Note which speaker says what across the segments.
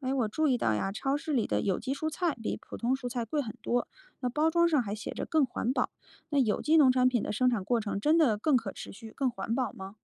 Speaker 1: 哎，我注意到呀，超市里的有机蔬菜比普通蔬菜贵很多，那包装上还写着更环保。那有机农产品的生产过程真的更可持续、更环保吗？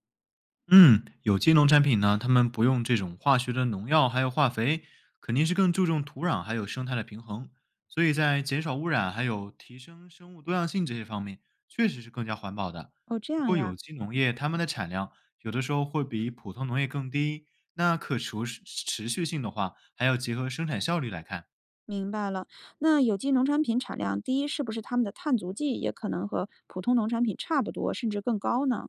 Speaker 2: 嗯，有机农产品呢，他们不用这种化学的农药还有化肥，肯定是更注重土壤还有生态的平衡，所以在减少污染还有提升生物多样性这些方面，确实是更加环保的。
Speaker 1: 哦，这
Speaker 2: 不
Speaker 1: 样
Speaker 2: 过
Speaker 1: 呀，
Speaker 2: 有机农业它们的产量有的时候会比普通农业更低，那持续性的话，还要结合生产效率来看。
Speaker 1: 明白了。那有机农产品产量低，是不是他们的碳足迹也可能和普通农产品差不多，甚至更高呢？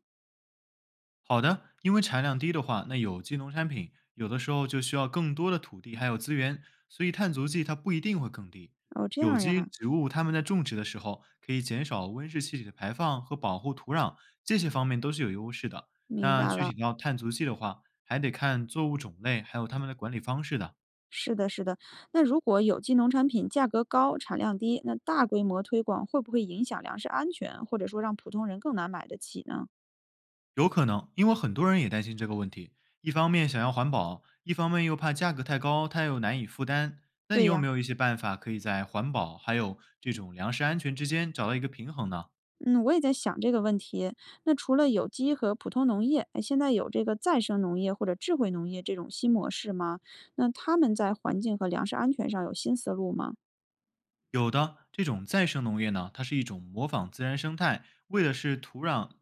Speaker 2: 好的，因为产量低的话，那有机农产品有的时候就需要更多的土地还有资源，所以碳足迹它不一定会更低。
Speaker 1: 哦，这
Speaker 2: 有
Speaker 1: 样
Speaker 2: 机
Speaker 1: 呀，
Speaker 2: 植物它们在种植的时候可以减少温室气体的排放和保护土壤，这些方面都是有优势的。
Speaker 1: 明
Speaker 2: 那
Speaker 1: 白
Speaker 2: 具
Speaker 1: 了。
Speaker 2: 体到碳足迹的话，还得看作物种类还有它们的管理方式的。
Speaker 1: 是的，是的。那如果有机农产品价格高、产量低，那大规模推广会不会影响粮食安全，或者说让普通人更难买得起呢？
Speaker 2: 有可能，因为很多人也担心这个问题，一方面想要环保，一方面又怕价格太高，他又难以负担。那你
Speaker 1: 对
Speaker 2: 有
Speaker 1: 呀。
Speaker 2: 没有一些办法可以在环保还有这种粮食安全之间找到一个平衡呢？
Speaker 1: 嗯，我也在想这个问题。那除了有机和普通农业，哎，现在有这个再生农业或者智慧农业这种新模式吗？那他们在环境和粮食安全上有新思路吗？
Speaker 2: 有的这种再生农业呢，它是一种模仿自然生态，为的是土壤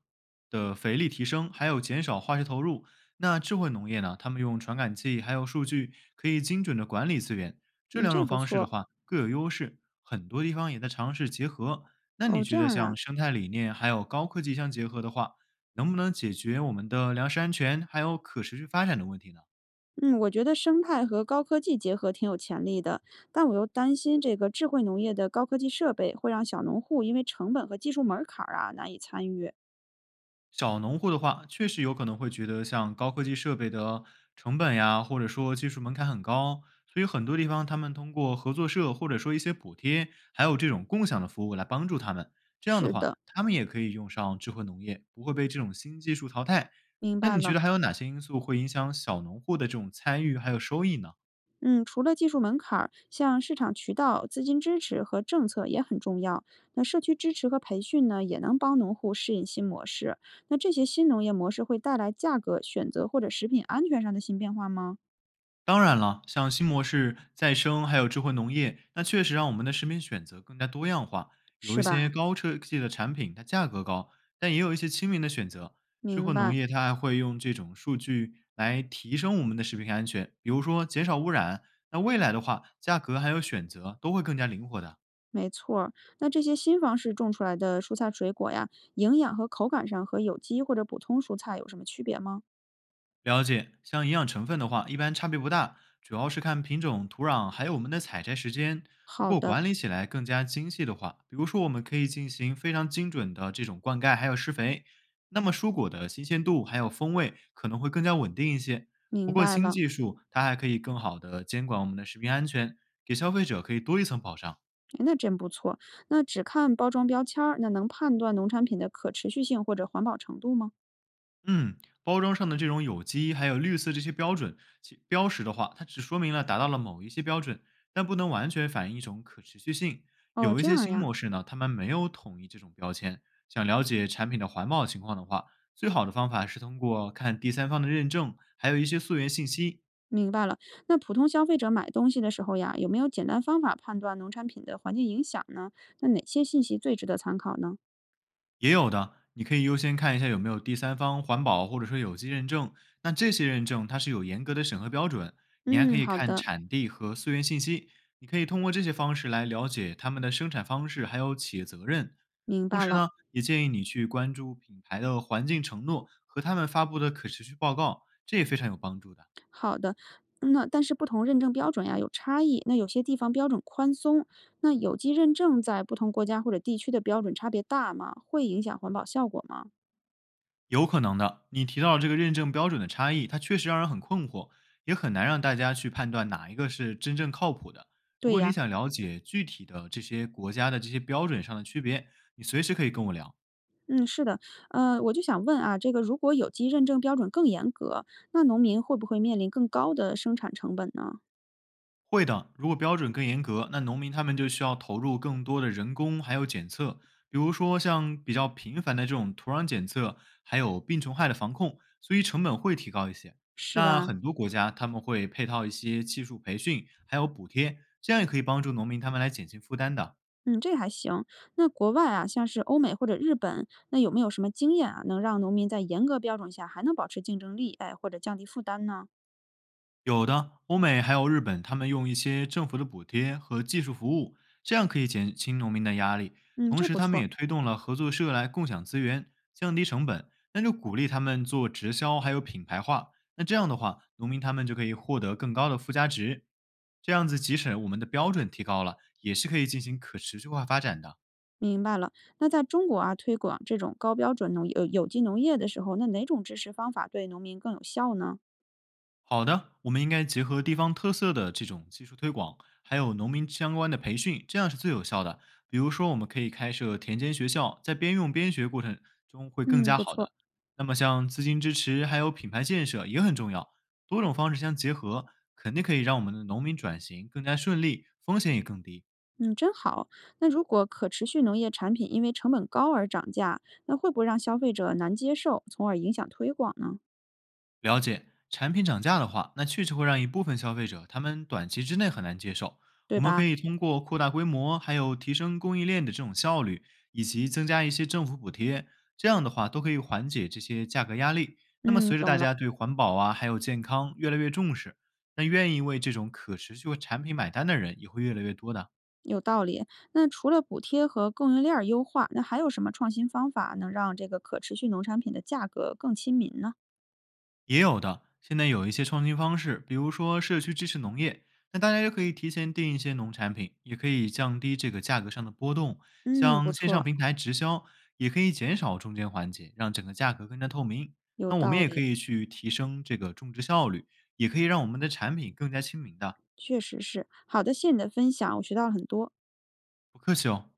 Speaker 2: 的肥力提升，还有减少化学投入。那智慧农业呢，他们用传感器还有数据，可以精准的管理资源。这
Speaker 1: 嗯，
Speaker 2: 两
Speaker 1: 这
Speaker 2: 种
Speaker 1: 不
Speaker 2: 方式的
Speaker 1: 错。
Speaker 2: 话各有优势，很多地方也在尝试结合。那你
Speaker 1: 哦，这
Speaker 2: 觉得
Speaker 1: 样啊。
Speaker 2: 像生态理念还有高科技相结合的话，能不能解决我们的粮食安全还有可持续发展的问题呢？
Speaker 1: 嗯，我觉得生态和高科技结合挺有潜力的，但我又担心这个智慧农业的高科技设备会让小农户因为成本和技术门槛儿啊难以参与。
Speaker 2: 小农户的话，确实有可能会觉得像高科技设备的成本呀，或者说技术门槛很高，所以很多地方他们通过合作社或者说一些补贴，还有这种共享的服务来帮助他们。这样的
Speaker 1: 是
Speaker 2: 话，
Speaker 1: 的，
Speaker 2: 他们也可以用上智慧农业，不会被这种新技术淘汰。
Speaker 1: 明
Speaker 2: 那
Speaker 1: 白
Speaker 2: 你觉
Speaker 1: 了。
Speaker 2: 得还有哪些因素会影响小农户的这种参与还有收益呢？
Speaker 1: 嗯，除了技术门槛儿，像市场渠道、资金支持和政策也很重要。那社区支持和培训呢，也能帮农户适应新模式。那这些新农业模式会带来价格选择或者食品安全上的新变化吗？
Speaker 2: 当然了，像新模式、再生还有智慧农业，那确实让我们的食品选择更加多样化。有
Speaker 1: 是
Speaker 2: 一些
Speaker 1: 吧？
Speaker 2: 高科技的产品，它价格高，但也有一些亲民的选择。智
Speaker 1: 明
Speaker 2: 慧农
Speaker 1: 白，
Speaker 2: 业它还会用这种数据来提升我们的食品安全，比如说减少污染。那未来的话，价格还有选择都会更加灵活的。
Speaker 1: 没错儿。那这些新方式种出来的蔬菜水果呀，营养和口感上和有机或者普通蔬菜有什么区别吗？
Speaker 2: 了解，像营养成分的话，一般差别不大，主要是看品种、土壤，还有我们的采摘时间。如
Speaker 1: 好
Speaker 2: 果
Speaker 1: 的，
Speaker 2: 管理起来更加精细的话，比如说我们可以进行非常精准的这种灌溉，还有施肥，那么蔬果的新鲜度还有风味可能会更加稳定一些。不
Speaker 1: 明
Speaker 2: 过
Speaker 1: 白
Speaker 2: 新
Speaker 1: 了。
Speaker 2: 技术它还可以更好的监管我们的食品安全，给消费者可以多一层保障。
Speaker 1: 诶那真不错。那只看包装标签儿，那能判断农产品的可持续性或者环保程度吗？
Speaker 2: 嗯，包装上的这种有机还有绿色这些标准其标识的话，它只说明了达到了某一些标准，但不能完全反映一种可持续性。
Speaker 1: 哦，
Speaker 2: 有一
Speaker 1: 这
Speaker 2: 些
Speaker 1: 样
Speaker 2: 新
Speaker 1: 呀，
Speaker 2: 模式呢，他们没有统一这种标签。想了解产品的环保情况的话，最好的方法是通过看第三方的认证，还有一些溯源信息，
Speaker 1: 明白了。那普通消费者买东西的时候呀，有没有简单方法判断农产品的环境影响呢？那哪些信息最值得参考呢？
Speaker 2: 也有的，你可以优先看一下有没有第三方环保或者说有机认证。那这些认证它是有严格的审核标准，你还可
Speaker 1: 嗯，
Speaker 2: 以
Speaker 1: 好
Speaker 2: 看
Speaker 1: 的，
Speaker 2: 产地和溯源信息。你可以通过这些方式来了解他们的生产方式，还有企业责任。
Speaker 1: 明
Speaker 2: 同
Speaker 1: 白
Speaker 2: 时
Speaker 1: 了。
Speaker 2: 呢，也建议你去关注品牌的环境承诺和他们发布的可持续报告，这也非常有帮助的。
Speaker 1: 好的，嗯那但是不同认证标准呀有差异，那有些地方标准宽松，那有机认证在不同国家或者地区的标准差别大吗？会影响环保效果吗？
Speaker 2: 有可能的，你提到这个认证标准的差异，它确实让人很困惑，也很难让大家去判断哪一个是真正靠谱的。如
Speaker 1: 对
Speaker 2: 果你
Speaker 1: 呀。
Speaker 2: 想了解具体的这些国家的这些标准上的区别，你随时可以跟我聊。
Speaker 1: 嗯，是的，我就想问啊，这个如果有机认证标准更严格，那农民会不会面临更高的生产成本呢？
Speaker 2: 会的，如果标准更严格，那农民他们就需要投入更多的人工还有检测，比如说像比较频繁的这种土壤检测，还有病虫害的防控，所以成本会提高一些。
Speaker 1: 是
Speaker 2: 那
Speaker 1: 吧？
Speaker 2: 很多国家他们会配套一些技术培训，还有补贴，这样也可以帮助农民他们来减轻负担的。
Speaker 1: 嗯，这还行。那国外啊，像是欧美或者日本，那有没有什么经验啊，能让农民在严格标准下还能保持竞争力，哎，或者降低负担呢？
Speaker 2: 有的，欧美还有日本，他们用一些政府的补贴和技术服务，这样可以减轻农民的压力。
Speaker 1: 嗯，
Speaker 2: 同
Speaker 1: 这
Speaker 2: 时，
Speaker 1: 不
Speaker 2: 他们
Speaker 1: 错，
Speaker 2: 也推动了合作社来共享资源，降低成本，那就鼓励他们做直销，还有品牌化。那这样的话，农民他们就可以获得更高的附加值。这样子，即使我们的标准提高了，也是可以进行可持续化发展的。
Speaker 1: 明白了。那在中国啊，推广这种高标准农有有机农业的时候，那哪种支持方法对农民更有效呢？
Speaker 2: 好的，我们应该结合地方特色的这种技术推广，还有农民相关的培训，这样是最有效的。比如说，我们可以开设田间学校，在边用边学过程中会更
Speaker 1: 嗯，
Speaker 2: 加
Speaker 1: 不
Speaker 2: 好
Speaker 1: 错。
Speaker 2: 的。那么，像资金支持还有品牌建设也很重要，多种方式相结合，肯定可以让我们的农民转型更加顺利，风险也更低。
Speaker 1: 嗯，真好。那如果可持续农业产品因为成本高而涨价，那会不会让消费者难接受，从而影响推广呢？
Speaker 2: 了解，产品涨价的话，那确实会让一部分消费者他们短期之内很难接受。
Speaker 1: 对
Speaker 2: 我们可
Speaker 1: 吧？
Speaker 2: 以通过扩大规模，还有提升供应链的这种效率，以及增加一些政府补贴，这样的话都可以缓解这些价格压力。那么
Speaker 1: 嗯，
Speaker 2: 随着大
Speaker 1: 懂了，
Speaker 2: 家对环保啊，还有健康越来越重视，那愿意为这种可持续产品买单的人也会越来越多的。
Speaker 1: 有道理。那除了补贴和供应链儿优化，那还有什么创新方法能让这个可持续农产品的价格更亲民呢？
Speaker 2: 也有的，现在有一些创新方式，比如说社区支持农业，那大家就可以提前订一些农产品，也可以降低这个价格上的波动。
Speaker 1: 嗯，不
Speaker 2: 像线上
Speaker 1: 错，
Speaker 2: 平台直销，也可以减少中间环节，让整个价格更加透明。
Speaker 1: 有
Speaker 2: 那我们
Speaker 1: 道
Speaker 2: 也可
Speaker 1: 理，
Speaker 2: 以去提升这个种植效率，也可以让我们的产品更加亲民的。
Speaker 1: 确实是。好的，谢谢你的分享，我学到了很多。
Speaker 2: 不客气哦。